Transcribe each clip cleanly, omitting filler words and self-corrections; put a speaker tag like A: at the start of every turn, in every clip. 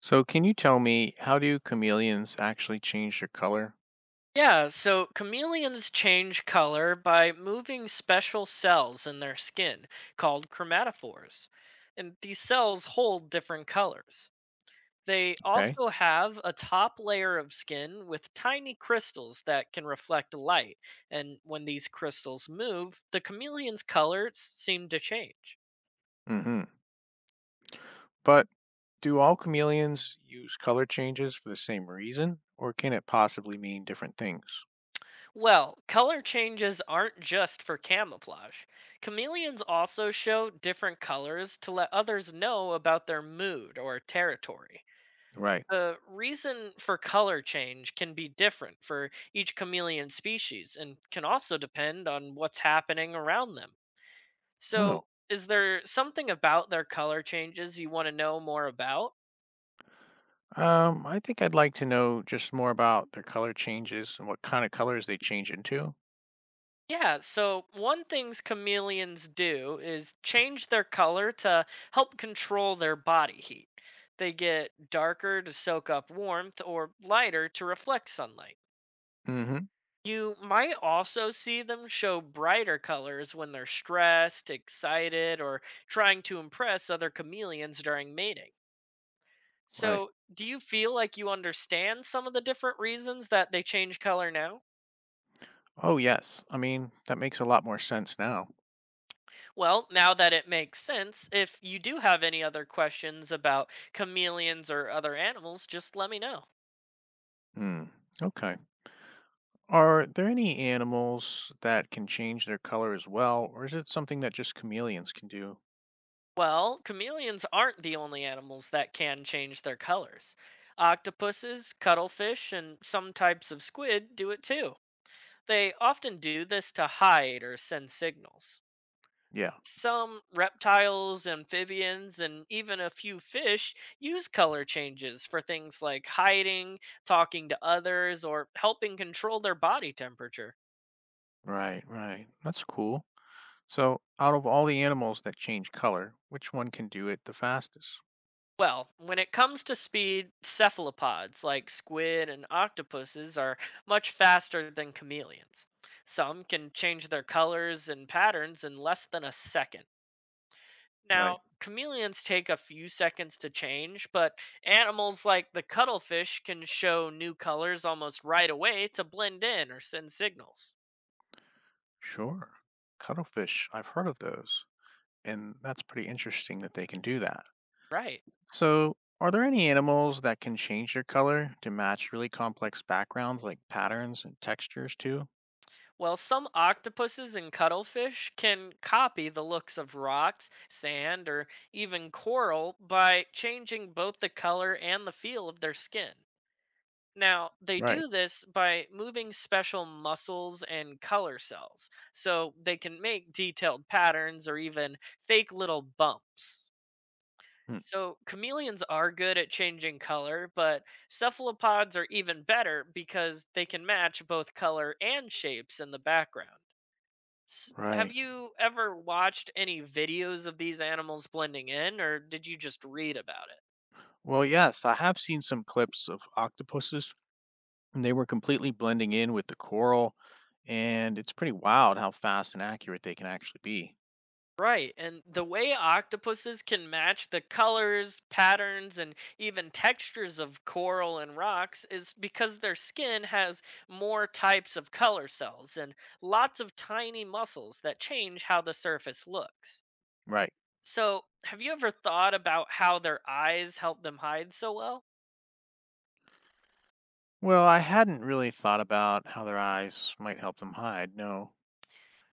A: So can you tell me, how do chameleons actually change their color?
B: Yeah, so chameleons change color by moving special cells in their skin called chromatophores. And these cells hold different colors. They
A: Okay.
B: also have a top layer of skin with tiny crystals that can reflect light. And when these crystals move, the chameleon's colors seem to change.
A: Hmm. But do all chameleons use color changes for the same reason, or can it possibly mean different things?
B: Well, color changes aren't just for camouflage. Chameleons also show different colors to let others know about their mood or territory.
A: Right.
B: The reason for color change can be different for each chameleon species and can also depend on what's happening around them. So,
A: Oh.
B: is there something about their color changes you want to know more about?
A: I think I'd like to know just more about their color changes and what kind of colors they change into.
B: Yeah, so one things chameleons do is change their color to help control their body heat. They get darker to soak up warmth or lighter to reflect sunlight.
A: Hmm.
B: You might also see them show brighter colors when they're stressed, excited, or trying to impress other chameleons during mating.
A: Right.
B: So, do you feel like you understand some of the different reasons that they change color now?
A: Oh, yes. I mean, that makes a lot more sense now.
B: Well, now that it makes sense, if you do have any other questions about chameleons or other animals, just let me know.
A: Hmm. Okay. Are there any animals that can change their color as well, or is it something that just chameleons can do?
B: Well, chameleons aren't the only animals that can change their colors. Octopuses, cuttlefish, and some types of squid do it too. They often do this to hide or send signals.
A: Yeah.
B: Some reptiles, amphibians, and even a few fish use color changes for things like hiding, talking to others, or helping control their body temperature.
A: Right, right. That's cool. So, out of all the animals that change color, which one can do it the fastest?
B: Well, when it comes to speed, cephalopods like squid and octopuses are much faster than chameleons. Some can change their colors and patterns in less than a second. Now,
A: Right.
B: chameleons take a few seconds to change, but animals like the cuttlefish can show new colors almost right away to blend in or send signals.
A: Sure. Cuttlefish. I've heard of those. And that's pretty interesting that they can do that.
B: Right.
A: So, are there any animals that can change their color to match really complex backgrounds, like patterns and textures too?
B: Well, some octopuses and cuttlefish can copy the looks of rocks, sand, or even coral by changing both the color and the feel of their skin. Now, they do
A: Right.
B: this by moving special muscles and color cells, so they can make detailed patterns or even fake little bumps.
A: Hmm.
B: So, chameleons are good at changing color, but cephalopods are even better because they can match both color and shapes in the background. Have
A: Right.
B: you ever watched any videos of these animals blending in, or did you just read about it?
A: Well, yes, I have seen some clips of octopuses, and they were completely blending in with the coral, and it's pretty wild how fast and accurate they can actually be.
B: Right, and the way octopuses can match the colors, patterns, and even textures of coral and rocks is because their skin has more types of color cells and lots of tiny muscles that change how the surface looks.
A: Right.
B: So, have you ever thought about how their eyes help them hide so well?
A: Well, I hadn't really thought about how their eyes might help them hide, no.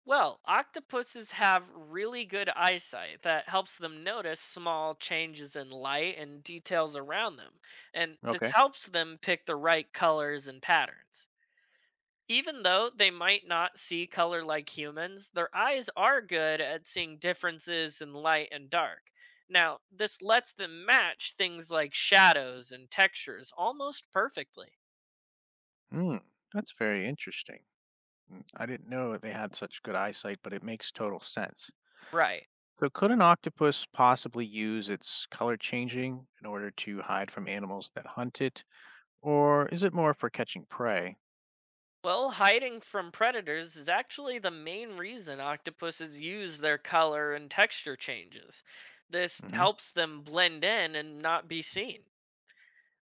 B: Well, octopuses have really good eyesight that helps them notice small changes in light and details around them, and this
A: Okay.
B: helps them pick the right colors and patterns. Even though they might not see color like humans, their eyes are good at seeing differences in light and dark. Now, this lets them match things like shadows and textures almost perfectly.
A: Hmm, that's very interesting. Mm, I didn't know they had such good eyesight, but it makes total sense.
B: Right.
A: So could an octopus possibly use its color changing in order to hide from animals that hunt it, or is it more for catching prey?
B: Well, hiding from predators is actually the main reason octopuses use their color and texture changes. This
A: Hmm.
B: helps them blend in and not be seen.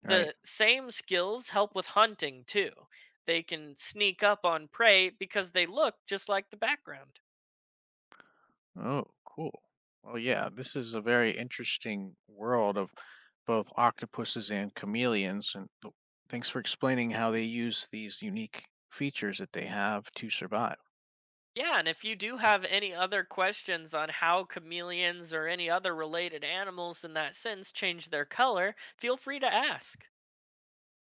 A: Right.
B: The same skills help with hunting, too. They can sneak up on prey because they look just like the background.
A: Oh, cool. Well, yeah, this is a very interesting world of both octopuses and chameleons. And thanks for explaining how they use these unique features that they have to survive.
B: Yeah, and if you do have any other questions on how chameleons or any other related animals in that sense change their color, feel free to ask.